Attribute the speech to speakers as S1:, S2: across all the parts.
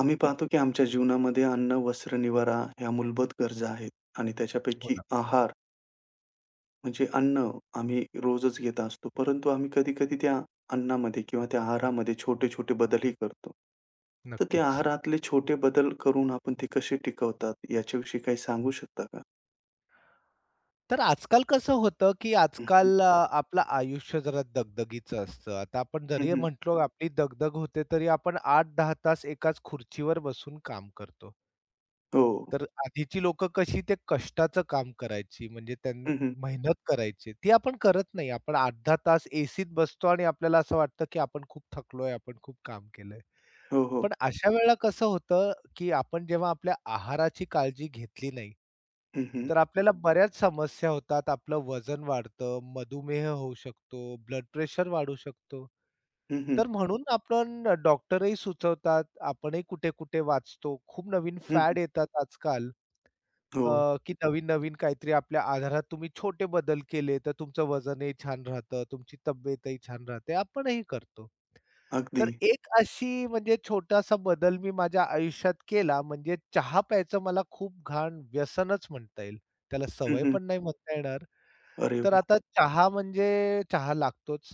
S1: आम्ही पाहतो की आमच्या जीवनामध्ये अन्न, वस्त्र, निवारा ह्या मूलभूत गरजा आहेत आणि
S2: हो
S1: त्याच्यापैकी
S2: ना,
S1: आहार म्हणजे अन्न आम्ही रोजच घेत असतो. परंतु आम्ही कधी-कधी त्या अन्नामध्ये किंवा त्या आहारामध्ये छोटे-छोटे बदलही करतो. तर ते
S2: नक्कीच.
S1: आहारातले छोटे बदल करून आपण ते कसे टिकवतात याच्याविषयी काही सांगू शकता का?
S2: तर आजकाल कसं होतं, की
S1: हं, हं.
S2: आजकाल आपलं आयुष्य जरा दगदगीचं असतं. आता आपण जरी म्हटलो आपली दगदग होते, तरी आपण 8-10 तास एकाच खुर्चीवर बसून काम करतो.
S1: हो.
S2: तर आधीची लोकं कशी ते कष्टाचं काम करायची, म्हणजे त्यांना
S1: हं,
S2: मेहनत करायची. ती आपण करत नाही. आपण अर्धा तास एसीत बसतो आणि आपल्याला असं वाटतं, की आपण खूप थकलोय, आपण खूप काम केलंय.
S1: हो, हो.
S2: पण अशा वेळेला कसं होतं, की आपण जेव्हा आपल्या आहाराची काळजी घेतली नाही,
S1: हं, हं.
S2: तर आपल्याला बऱ्याच समस्या होतात. आपलं वजन वाढतं, मधुमेह होऊ शकतो, ब्लड प्रेशर वाढू शकतो.
S1: हं,
S2: तर म्हणून आपण डॉक्टरही सुचवतात. आपणही कुठे-कुठे वाचतो. खूप नवीन फॅड येतात आजकाल.
S1: हो.
S2: की नवीन-नवीन काहीतरी आपल्या आहारात तुम्ही छोटे बदल केले, तर तुमचं वजनही छान राहतं, तुमची तब्येतही छान राहते. आपणही करतो.
S1: अगदी.
S2: तर एक अशी म्हणजे छोटासा बदल मी माझ्या आयुष्यात केला, म्हणजे चहा प्यायचं मला खूप घाण व्यसनच म्हणता येईल. त्याला सवय
S1: हं,
S2: पण नाही म्हणता येणार.
S1: अरे
S2: तर
S1: वाह!
S2: आता चहा म्हणजे चहा लागतोच.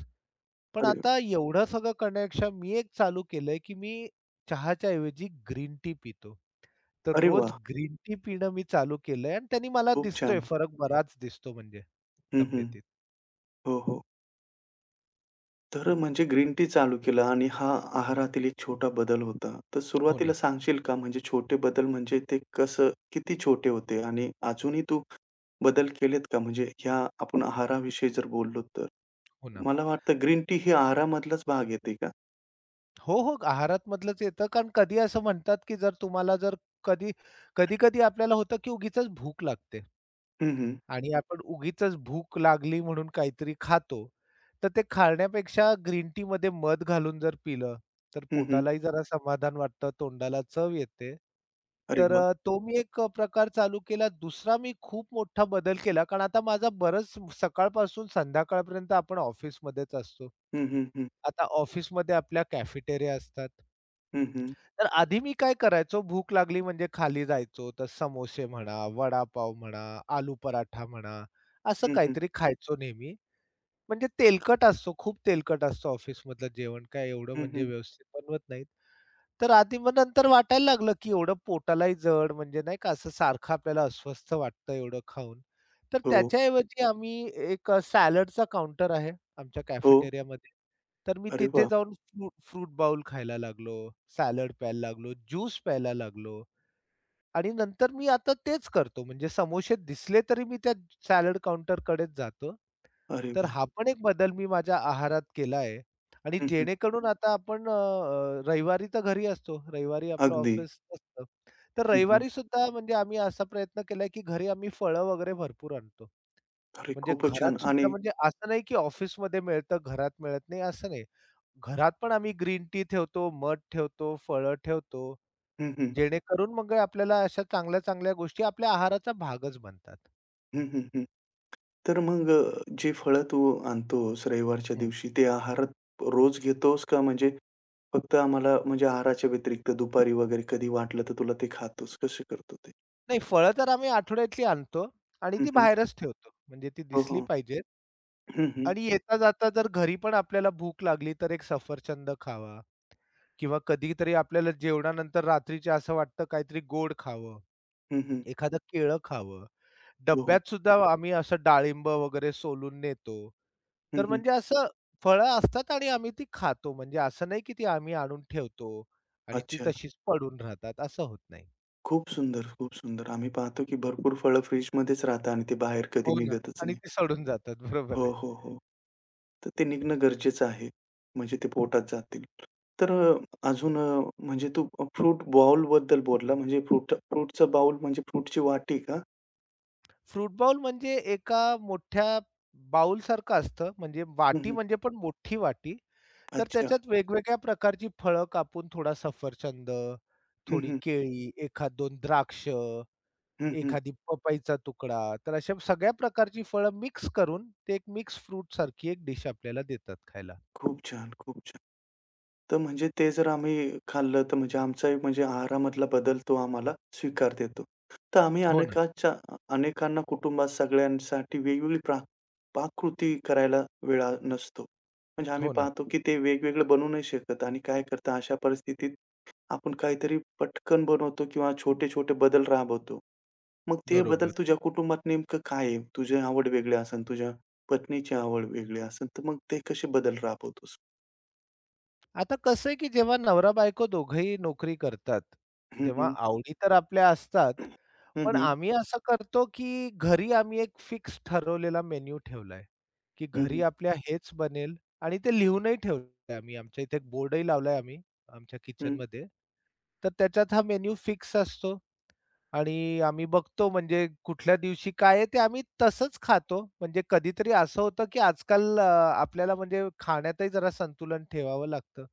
S2: पण
S1: अरे
S2: आता एवढं सगळं करण्यापेक्षा मी एक चालू केलंय, की मी चहाच्या ऐवजी ग्रीन टी पितो. तर
S1: अरे
S2: रोज
S1: वाह!
S2: ग्रीन टी पिणं मी चालू केलंय आणि त्यानी मला
S1: खूप
S2: दिसतोय
S1: छान.
S2: फरक बराच दिसतो म्हणजे
S1: हं,
S2: तब्येतीत.
S1: हो, हो. तर म्हणजे ग्रीन टी चालू केला आणि हा आहारातील एक छोटा बदल होता. तर
S2: हो
S1: सुरुवातीला
S2: ना,
S1: सांगशील का म्हणजे छोटे बदल म्हणजे ते कसं किती छोटे होते? आणि अजूनही तू बदल केलेत का? म्हणजे ह्या आपण आहाराविषयी जर बोललो तर?
S2: हो ना.
S1: मला वाटतं ग्रीन टी ही आहारामधलाच भाग येते का?
S2: हो, हो. आहारात मधलंच येतं कारण कधी असं म्हणतात, की जर तुम्हाला जर कधी, कधी-कधी आपल्याला होतं, की उगीचच भूक लागते.
S1: हं, हं.
S2: आणि आपण उगीचच भूक लागली म्हणून काहीतरी खातो, तर ते खाण्यापेक्षा ग्रीन टीमध्ये मध घालून जर पिलं, तर
S1: हं, हं.
S2: पोटालाही जरा समाधान वाटतं, तोंडाला चव येते.
S1: अरे
S2: तर
S1: वाह!
S2: तो मी एक प्रकार चालू केला. दुसरा मी खूप मोठा बदल केला, कारण आता माझा बरंच सकाळपासून संध्याकाळपर्यंत आपण ऑफिसमध्येच असतो.
S1: हं, हं, हं.
S2: आता ऑफिसमध्ये आपल्या कॅफेटेरिया असतात.
S1: हं, हं.
S2: तर आधी मी काय करायचो, भूक लागली म्हणजे खाली जायचो. तर समोसे म्हणा, वडापाव म्हणा, आलू पराठा म्हणा, असं
S1: हं, हं.
S2: काहीतरी खायचो नेहमी. म्हणजे तेलकट असतो, खूप तेलकट असतो ऑफिसमधलं जेवण. काय एवढं
S1: हं,
S2: म्हणजे
S1: हं.
S2: व्यवस्थित बनवत नाहीत. तर आधी मग नंतर वाटायला लागलं, की एवढं पोटालाही जड म्हणजे नाही का असं सारखं आपल्याला अस्वस्थ वाटतं एवढं खाऊन. तर
S1: हो,
S2: त्याच्याऐवजी आम्ही एक सॅलडचा काउंटर आहे आमच्या
S1: हो.
S2: कॅफेटेरियामध्ये. तर मी
S1: अरे
S2: तिथे
S1: वाह!
S2: जाऊन फ्रूट फ्रूट बाउल खायला लागलो, सॅलड प्यायला लागलो, ज्यूस प्यायला लागलो. आणि नंतर मी आता तेच करतो. म्हणजे समोसे दिसले तरी मी त्या सॅलड काउंटरकडेच जातो.
S1: अरे
S2: तर
S1: वाह!
S2: हा पण एक बदल मी माझ्या आहारात केला आहे आणि
S1: हं, हं.
S2: जेणेकरून आता आपण अ, अ, रविवारी तर घरी असतो. रविवारी आपलं
S1: अगदी.
S2: ऑफिस नसतं. तर
S1: हं, हं.
S2: रविवारी सुद्धा म्हणजे आम्ही असा प्रयत्न केलाय, की घरी आम्ही फळं वगैरे भरपूर आणतो.
S1: अरे
S2: म्हणजे
S1: खूपच छान
S2: घरात
S1: आणि
S2: सुद्धा म्हणजे असं नाही, की ऑफिसमध्ये मिळतं, घरात मिळत नाही असं नाही. घरात पण आम्ही ग्रीन टी ठेवतो, मध ठेवतो, फळं ठेवतो.
S1: हं, हं.
S2: जेणेकरून मग आपल्याला अशा चांगल्या-चांगल्या गोष्टी आपल्या आहाराचा भागच बनतात.
S1: हं, हं, हं. तर मग जी फळं तू आणतोस रविवारच्या
S2: हं.
S1: दिवशी, ते आहारात रोज घेतोस का म्हणजे फक्त आम्हाला म्हणजे आहाराच्या व्यतिरिक्त दुपारी वगैरे कधी वाटलं तर तुला ते खातोस? कसे करतो ते?
S2: नाही फळं तर आम्ही आठवड्यातली आणतो आणि
S1: हं,
S2: ती
S1: हं.
S2: बाहेरच ठेवतो. म्हणजे ती
S1: हो,
S2: दिसली
S1: हो.
S2: पाहिजेत.
S1: हं, हं.
S2: आणि येता-जाता जर घरी पण आपल्याला भूक लागली तर एक सफरचंद खावा किंवा कधीतरी आपल्याला जेवणानंतर रात्रीचे असं वाटतं काहीतरी गोड खावं,
S1: हं, हं.
S2: एखादं केळं खावं.
S1: हो, हो.
S2: डब्यात सुद्धा आम्ही असं डाळिंब वगैरे सोलून नेतो.
S1: हं,
S2: तर
S1: हं.
S2: म्हणजे असं फळं असतात आणि आम्ही ती खातो. म्हणजे असं नाही की ती आम्ही आणून ठेवतो आणि ती
S1: अच्छा.
S2: तशीच पडून राहतात, असं होत नाही.
S1: खूप सुंदर, खूप सुंदर. आम्ही पाहतो की भरपूर फळं फ्रिजमध्येच राहतात आणि ते बाहेर कधी
S2: हो ना.
S1: निघतच
S2: आणि
S1: नाही.
S2: ती सडून जातात. बरोबर
S1: हो,
S2: आहे.
S1: हो, हो. तर ते निघणं गरजेचं आहे. म्हणजे ते पोटात जातील. तर अजून म्हणजे तू फ्रूट बाउलबद्दल बोलला म्हणजे फ्रूट
S2: हो.
S1: फ्रूटचा बाउल म्हणजे फ्रूटची वाटी का?
S2: फ्रूट बाउल म्हणजे एका मोठ्या बाउलसारखं असतं. म्हणजे
S1: हं,
S2: वाटी
S1: हं.
S2: म्हणजे पण मोठी वाटी. तर
S1: अच्छा.
S2: त्याच्यात वेगवेगळ्या प्रकारची फळं कापून थोडा सफरचंद,
S1: हं,
S2: थोडी
S1: हं.
S2: केळी, एखाद 2 द्राक्ष,
S1: हं, हं.
S2: एखादी पपईचा तुकडा, तर अशा सगळ्या प्रकारची फळं मिक्स करून ते एक मिक्स फ्रूट सारखी एक डिश आपल्याला देतात खायला.
S1: खूप छान, खूप छान. तर म्हणजे ते जर आम्ही खाल्लं, तर म्हणजे आमचाही म्हणजे आहारामधला बदल तो आम्हाला स्वीकार देतो. तर आम्ही
S2: हो ना,
S1: अनेकांना कुटुंबात सगळ्यांसाठी वेगवेगळी पाककृती करायला वेळ नसतो. म्हणजे आम्ही
S2: हो ना.
S1: पाहतो, की ते वेगवेगळं बनवू नाही शकत आणि काय करता अशा परिस्थितीत आपण काहीतरी पटकन बनवतो किंवा छोटे-छोटे बदल राबवतो. मग ते बदल
S2: बरोबर.
S1: तुझ्या कुटुंबात नेमकं काय आहे? तुझी आवड वेगळी असेल, तुझ्या पत्नीची आवड वेगळी असेल, तर मग ते कसे बदल राबवतोस?
S2: आता कसं आहे, की जेव्हा नवरा-बायको दोघंही नोकरी करतात,
S1: हं,
S2: तेव्हा
S1: हं.
S2: आवडी तर आपल्या असतात,
S1: हं,
S2: पण
S1: हं.
S2: आम्ही असं करतो, की घरी आम्ही एक फिक्स ठरवलेला मेनू ठेवलाय, की
S1: हं,
S2: घरी
S1: हं.
S2: आपल्या हेच बनेल आणि ते लिहूनही ठेवलंय आम्ही. आमच्या इथे एक बोर्डही लावलाय आम्ही आमच्या
S1: हं.
S2: किचनमध्ये. तर त्याच्यात हा मेनू फिक्स असतो. आणि आम्ही बघतो म्हणजे कुठल्या दिवशी काय आहे ते आम्ही तसंच खातो. म्हणजे कधीतरी असं होतं, की आजकाल आपल्याला म्हणजे खाण्यातही जरा संतुलन ठेवावं लागतं.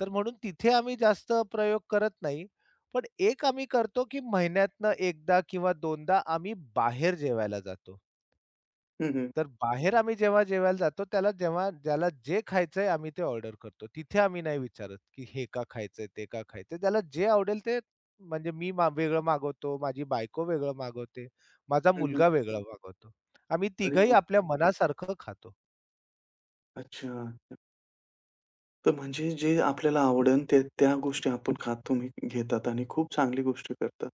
S2: तर म्हणून तिथे आम्ही जास्त प्रयोग करत नाही. पण एक आम्ही करतो, की महिन्यातनं एकदा किंवा दोनदा आम्ही बाहेर जेवायला जातो.
S1: हं, हं.
S2: तर बाहेर आम्ही जेव्हा जेवायला जातो, त्याला जेव्हा ज्याला जे खायचंय आम्ही ते ऑर्डर करतो. तिथे आम्ही नाही विचारत, की हे का खायचंय, ते का खायचंय. त्याला जे आवडेल ते म्हणजे मी वेगळं मागवतो, माझी बायको वेगळं मागवते, माझा
S1: हं, हं.
S2: मुलगा वेगळा मागवतो. आम्ही
S1: अरे
S2: तिघंही
S1: वाह!
S2: आपल्या मनासारखं खातो.
S1: अच्छा. तर म्हणजे जे आपल्याला आवडेल ते त्या गोष्टी आपण खात तुम्ही घेतात आणि खूप चांगली गोष्ट करतात.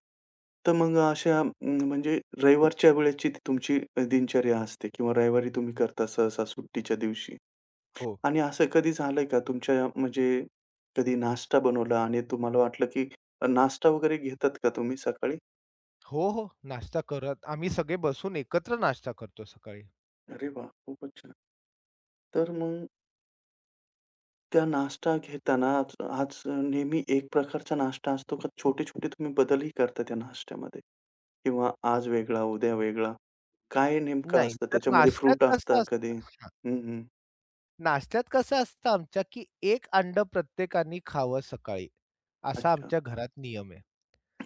S1: तर मग अशा म्हणजे रविवारच्या वेळेची ती तुमची दिनचर्या असते किंवा रविवारी तुम्ही करता सहसा सुट्टीच्या दिवशी.
S2: हो.
S1: आणि असं कधी झालंय का तुमच्या म्हणजे कधी नाश्ता बनवला आणि तुम्हाला वाटलं की नाश्ता वगैरे घेतात का तुम्ही सकाळी?
S2: हो, हो. नाश्ता करत आम्ही सगळे बसून एकत्र नाश्ता करतो सकाळी.
S1: अरे वाह! खूपच छान. तर मग त्या नाश्ता घेताना आज आज नेहमी एक प्रकारचा नाश्ता असतो का छोटे-छोटे तुम्ही बदलही करता त्या नाश्त्यामध्ये? किंवा आज वेगळा, उद्या वेगळा. काय नेमकं
S2: नाही,
S1: असतं
S2: तर
S1: त्याच्यामध्ये
S2: नाश्त्यात
S1: फ्रूट असतं
S2: कसं असतं,
S1: कधी?
S2: हां.
S1: हं, हं.
S2: नाश्त्यात कसं असतं आमच्या, की 1 अंड प्रत्येकाने खावं सकाळी, असा
S1: अच्छा.
S2: आमच्या घरात नियम आहे.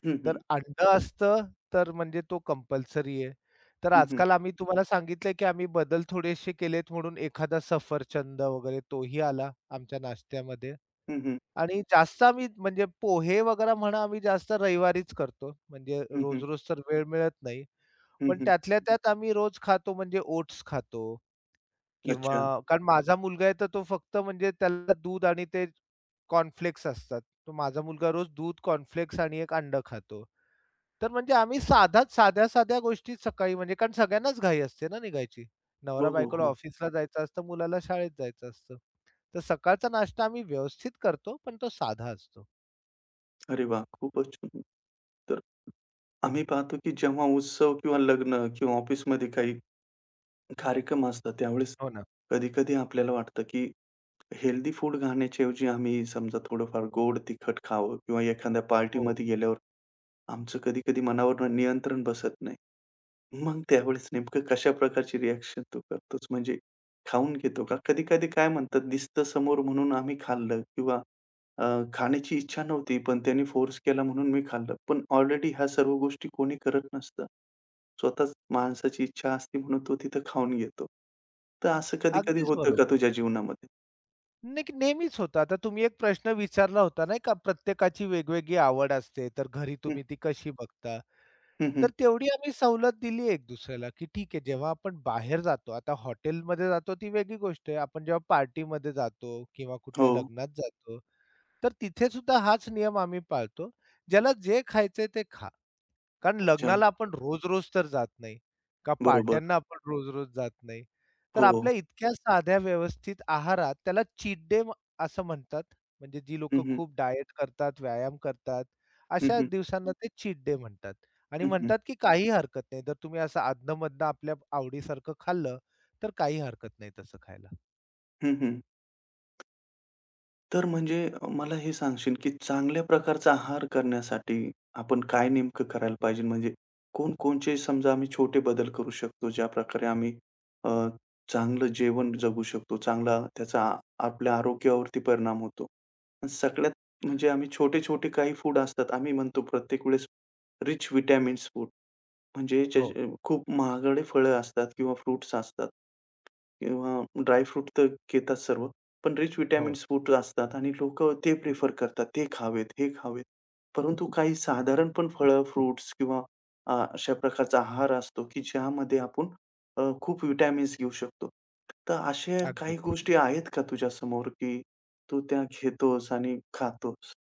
S1: हं,
S2: तर
S1: हं.
S2: अंड असतं, तर म्हणजे तो कंपल्सरी आहे. तर
S1: हं, हं.
S2: आजकाल आम्ही तुम्हाला सांगितलंय, की आम्ही बदल थोडेसे केलेत म्हणून एखादा सफरचंद वगैरे तोही आला आमच्या नाश्त्यामध्ये.
S1: हं, हं.
S2: आणि जास्त आम्ही म्हणजे पोहे वगैरे म्हणा आम्ही जास्त रविवारीच करतो. म्हणजे
S1: हं, हं.
S2: रोज-रोज तर वेळ मिळत नाही.
S1: हं,
S2: पण
S1: हं.
S2: त्यातल्या त्यात आम्ही रोज खातो म्हणजे ओट्स खातो किंवा
S1: अच्छा.
S2: कारण माझा मुलगा आहे तर तो फक्त म्हणजे त्याला दूध आणि ते कॉर्नफ्लेक्स असतात. तर माझा मुलगा रोज दूध, कॉर्नफ्लेक्स आणि एक अंड खातो. तर म्हणजे आम्ही साध्या-साध्या गोष्टी सकाळी म्हणजे कारण सगळ्यांनाच घाई असते ना निघायची. नवरा
S1: हो, हो,
S2: बायकोला
S1: हो.
S2: ऑफिसला जायचं असतं, मुलाला शाळेत जायचं असतं. तर सकाळचा नाश्ता आम्ही व्यवस्थित करतो, पण तो साधा असतो.
S1: अरे वाह! खूपच छान. तर आम्ही पाहतो की जेव्हा उत्सव किंवा लग्न किंवा ऑफिसमध्ये काही कार्यक्रम असतात त्यावेळेस
S2: हो ना.
S1: कधी-कधी आपल्याला वाटतं, की हेल्दी फूड खाण्याच्याऐवजी आम्ही समजा थोडंफार गोड तिखट खावं किंवा एखाद्या
S2: हो.
S1: पार्टीमध्ये गेल्यावर आमचं कधी-कधी मनावर नियंत्रण बसत नाही. मग त्यावेळेस नेमकं कशा प्रकारची रिएक्शन तू करतोस? म्हणजे खाऊन घेतो का? कधी-कधी काय म्हणतात दिसतं समोर म्हणून आम्ही खाल्लं किंवा अ, खाण्याची इच्छा नव्हती, पण त्यांनी फोर्स केला म्हणून मी खाल्लं. पण ऑलरेडी ह्या सर्व गोष्टी कोणी करत नसतं. स्वतःच माणसाची इच्छा असते म्हणून तो तिथं खाऊन घेतो. तर असं कधी-कधी
S2: अगदीच
S1: होतं का
S2: बरोबर.
S1: तुझ्या जीवनामध्ये?
S2: नाही की नेहमीच होतं. आता तुम्ही एक प्रश्न विचारला होता नाही का, प्रत्येकाची वेगवेगळी आवड असते, तर घरी
S1: हं,
S2: तुम्ही ती कशी बघता?
S1: हं, हं.
S2: तर तेवढी आम्ही सवलत दिली एक दुसऱ्याला, की ठीक आहे जेव्हा आपण बाहेर जातो, आता हॉटेलमध्ये जातो ती वेगळी गोष्ट आहे. आपण जेव्हा पार्टीमध्ये जातो किंवा
S1: हो.
S2: कुठल्या लग्नात जातो, तर तिथे सुद्धा हाच नियम आम्ही पाळतो. ज्याला जे खायचंय ते खा. कारण
S1: अच्छा.
S2: लग्नाला आपण रोज-रोज तर जात नाही. का
S1: बरोबर.
S2: पार्ट्यांना आपण रोज-रोज जात नाही. तर
S1: हो.
S2: आपल्या इतक्या साध्या व्यवस्थित आहारात त्याला चीट डे असं म्हणतात. म्हणजे जी
S1: हं,
S2: लोकं
S1: हं.
S2: खूप डायट करतात, व्यायाम करतात,
S1: हं,
S2: अशा
S1: हं.
S2: दिवसांना ते चीट डे म्हणतात. आणि
S1: हं, हं.
S2: म्हणतात की काही हरकत नाही. जर तुम्ही असं अधनं-मधनं आपल्या आवडीसारखं खाल्लं, तर काही हरकत नाही तसं खायला.
S1: हं, हं. तर म्हणजे मला हे सांगशील, की चांगल्या प्रकारचा आहार करण्यासाठी आपण काय नेमकं करायला पाहिजे? म्हणजे कोणकोणचे समजा आम्ही छोटे बदल करू शकतो, ज्याप्रकारे आम्ही अ, चांगलं जेवण जगू शकतो, चांगला त्याचा आपल्या आरोग्यावरती परिणाम होतो. आणि सगळ्यात म्हणजे आम्ही छोटे-छोटे काही फूड असतात, आम्ही म्हणतो प्रत्येक वेळेस रिच व्हिटॅमिन्स फूड. म्हणजे
S2: हो,
S1: ज्याचे खूप महागडे फळं असतात किंवा फ्रुट्स असतात किंवा ड्राय फ्रूट तर घेतात सर्व. पण रिच
S2: हो.
S1: व्हिटॅमिन्स फूड असतात आणि लोक ते प्रिफर करतात. ते खावेत, हे खावेत. परंतु काही साधारण पण फळं, फ्रुट्स किंवा अशा प्रकारचा आहार असतो, की ज्यामध्ये आपण खूप व्हिटॅमिन्स घेऊ शकतो. तर अशा काही
S2: अगदीच.
S1: गोष्टी आहेत का तुझ्या समोर की तू त्या घेतोस आणि खातोस?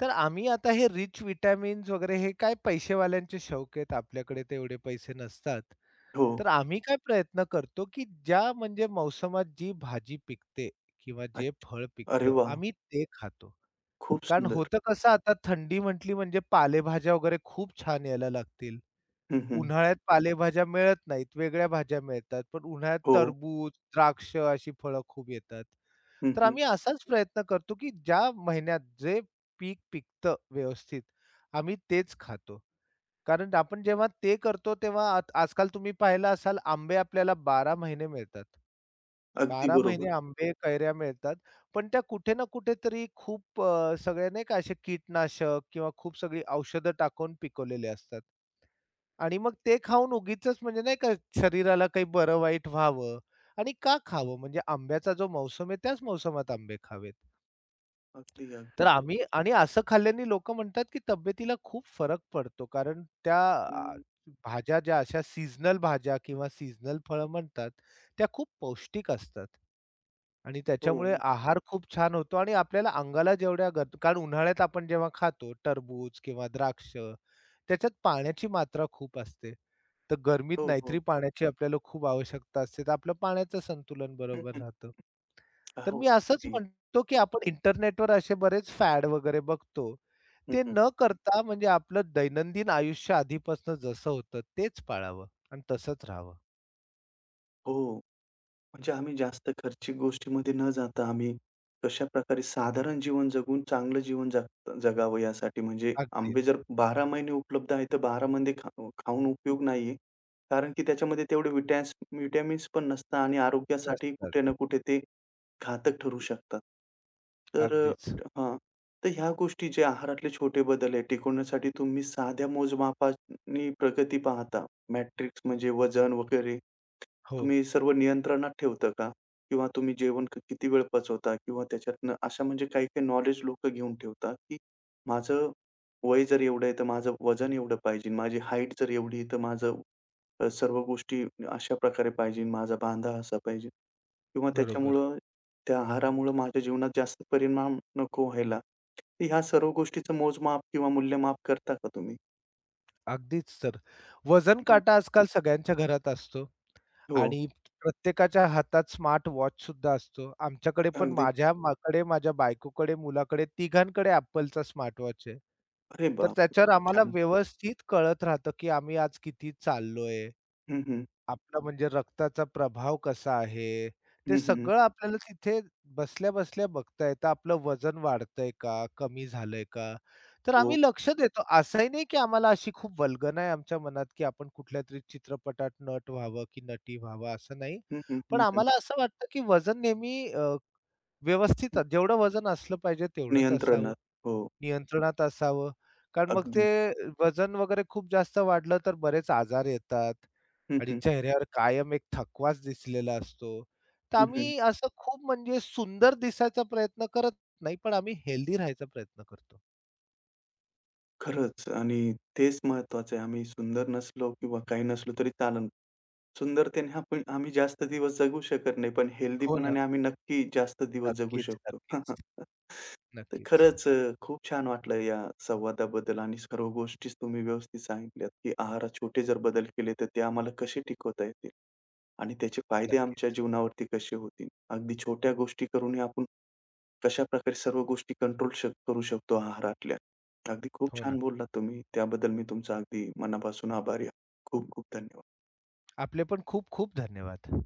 S2: तर आम्ही आता हे रिच विटॅमिन्स वगैरे हे काय पैसेवाल्यांचे शौक आहेत, आपल्याकडे ते एवढे पैसे नसतात.
S1: हो.
S2: तर आम्ही काय प्रयत्न करतो, की ज्या म्हणजे मौसमात जी भाजी पिकते किंवा
S1: अ,
S2: जे फळ
S1: अरे
S2: पिकतं,
S1: वाह!
S2: आम्ही ते खातो.
S1: खूप
S2: कारण
S1: सुंदर.
S2: होतं कसं आता थंडी म्हटली म्हणजे पालेभाज्या वगैरे खूप छान यायला लागतील.
S1: हं, हं.
S2: उन्हाळ्यात पालेभाज्या मिळत नाहीत, वेगळ्या भाज्या मिळतात. पण उन्हाळ्यात
S1: हो.
S2: टरबूज, द्राक्ष अशी फळं खूप येतात.
S1: हं,
S2: तर
S1: हं.
S2: आम्ही असाच प्रयत्न करतो, की ज्या महिन्यात जे पीक पिकतं व्यवस्थित, आम्ही तेच खातो. कारण आपण जेव्हा ते करतो तेव्हा आत आजकाल तुम्ही पाहिलं असाल आंबे आपल्याला 12 महिने मिळतात.
S1: अगदी
S2: 12
S1: बरोबर.
S2: महिने आंबे, कैऱ्या मिळतात. पण त्या कुठे ना कुठेतरी खूप सगळे नाही का असे कीटनाशक किंवा खूप सगळी औषधं टाकून पिकवलेले असतात. आणि मग ते खाऊन उगीचच म्हणजे नाही का शरीराला काही बरं-वाईट व्हावं आणि का खावं? म्हणजे आंब्याचा जो मौसम आहे त्याच मौसमात आंबे खावेत.
S1: अगदी,
S2: तर
S1: अगदी.
S2: आम्ही आणि असं खाल्ल्याने लोकं म्हणतात, की तब्येतीला खूप फरक पडतो. कारण त्या अ,
S1: हं,
S2: भाज्या ज्या अशा सीझनल भाज्या किंवा सीझनल फळं म्हणतात, त्या खूप पौष्टिक असतात. आणि
S1: हो,
S2: त्याच्यामुळे आहार खूप छान होतो आणि आपल्याला अंगाला जेवढ्या गत कारण उन्हाळ्यात आपण जेव्हा खातो टरबूज किंवा द्राक्ष, त्याच्यात पाण्याची मात्रा खूप असते. तर गरमीत
S1: हो, हो.
S2: नाहीतरी पाण्याची आपल्याला खूप आवश्यकता असते. तर आपलं पाण्याचं संतुलन
S1: हं,
S2: बरोबर
S1: हं.
S2: राहतं. तर
S1: हो,
S2: मी असंच
S1: अगदी.
S2: म्हणतो, की आपण इंटरनेटवर असे बरेच फॅड वगैरे बघतो.
S1: हं,
S2: ते
S1: हं.
S2: न करता म्हणजे आपलं दैनंदिन आयुष्य आधीपासून जसं होतं तेच पाळावं आणि तसंच राहावं.
S1: हो. म्हणजे आम्ही जास्त खर्चिक गोष्टीमध्ये न जाता आम्ही कशाप्रकारे साधारण जीवन जगून चांगलं जीवन जगावं यासाठी म्हणजे आंबे
S2: अगदीच.
S1: जर 12 महिने उपलब्ध आहे, तर 12 मध्ये खाऊन उपयोग नाहीये. कारण की त्याच्यामध्ये तेवढे व्हिटॅमिन्स पण नसतात आणि आरोग्यासाठी कुठे ना
S2: नसतात.
S1: कुठे ते घातक ठरू शकतात. तर
S2: अगदीच.
S1: हां. तर ह्या गोष्टी जे आहारातले छोटे बदल आहे टिकवण्यासाठी तुम्ही साध्या मोजमापानी प्रगती पाहता मॅट्रिक्स म्हणजे वजन वगैरे,
S2: हो,
S1: तुम्ही सर्व नियंत्रणात ठेवता का? किंवा तुम्ही जेवण किती वेळ पचवता? किंवा त्याच्यातनं अशा म्हणजे काही-काही नॉलेज लोकं घेऊन ठेवतात, की माझं वय जर एवढं आहे, तर माझं वजन एवढं पाहिजे. माझी हाईट जर एवढी आहे, तर माझं सर्व गोष्टी अशा प्रकारे पाहिजे. माझा बांधा असा पाहिजे. किंवा
S2: बरोबर.
S1: त्याच्यामुळं त्या आहारामुळं माझ्या जीवनात जास्त परिणाम नको व्हायला. तर ह्या सर्व गोष्टीचं मोजमाप किंवा मूल्यमाप करता का तुम्ही?
S2: अगदीच तर. वजन
S1: हम्म.
S2: काटा आजकाल सगळ्यांच्या घरात असतो.
S1: हो,
S2: आणि प्रत्येकाच्या हातात स्मार्ट वॉच वॉचसुद्धा असतो. आमच्याकडे पण
S1: अगदी.
S2: माझ्या बायकोकडे, मुलाकडे तिघांकडे Appleचा स्मार्ट वॉच आहे.
S1: अरे
S2: तर
S1: बापरे!
S2: त्याच्यावर
S1: खूप
S2: आम्हाला
S1: छान.
S2: व्यवस्थित कळत राहतं, की आम्ही आज किती चाललोय,
S1: हं, हं.
S2: आपला म्हणजे रक्ताचा प्रभाव कसा आहे, ते
S1: हं, हं.
S2: सगळं आपल्याला तिथे बसल्या-बसल्या बघता येतं. आपलं वजन वाढतंय का? कमी झालंय का? तर
S1: हो.
S2: आम्ही लक्ष देतो. असंही नाही की आम्हाला अशी खूप वल्गना आहे आमच्या मनात, की आपण कुठल्या तरी चित्रपटात नट व्हावं की नटी व्हावं असं नाही.
S1: हं, हो. हं,
S2: पण
S1: हं, हं,
S2: आम्हाला असं वाटतं की वजन नेहमी व्यवस्थित
S1: हं.
S2: जेवढं वजन असलं पाहिजे तेवढंच असावं,
S1: नियंत्रणात. हो,
S2: नियंत्रणात असावं. कारण मग
S1: अगदी.
S2: ते वजन वगैरे खूप जास्त वाढलं तर बरेच आजार येतात.
S1: हं,
S2: आणि
S1: हं.
S2: चेहऱ्यावर कायम एक थकवाच दिसलेला असतो. तर
S1: हं, हं.
S2: आम्ही असं खूप म्हणजे सुंदर दिसायचा प्रयत्न करत नाही, पण आम्ही हेल्दी राहायचा प्रयत्न करतो.
S1: खरंच आणि तेच महत्वाचं आहे. आम्ही सुंदर नसलो किंवा काही नसलो तरी चालेल. सुंदरतेने आपण आम्ही जास्त दिवस जगू शकत नाही, पण
S2: हो ना.
S1: हेल्दीपणाने आम्ही नक्की जास्त दिवस जगू
S2: नक्कीच,
S1: शकतो.
S2: नक्कीच,
S1: तर
S2: नक्कीच,
S1: खरंच खूप छान वाटलं या संवादाबद्दल आणि सर्व गोष्टीच तुम्ही व्यवस्थित सांगितल्यात, की आहारात छोटे जर बदल केले, तर ते आम्हाला कसे टिकवता येतील आणि त्याचे फायदे आमच्या
S2: नक्कीच.
S1: जीवनावरती कसे होतील. अगदी छोट्या गोष्टी करूनही आपण कशाप्रकारे सर्व गोष्टी कंट्रोल करू शकतो आहारातल्या. अगदी खूप
S2: हो ना.
S1: छान बोललात तुम्ही. त्याबद्दल मी तुमचा अगदी मनापासून आभारी आहे. खूप खूप धन्यवाद.
S2: आपले पण खूप खूप धन्यवाद.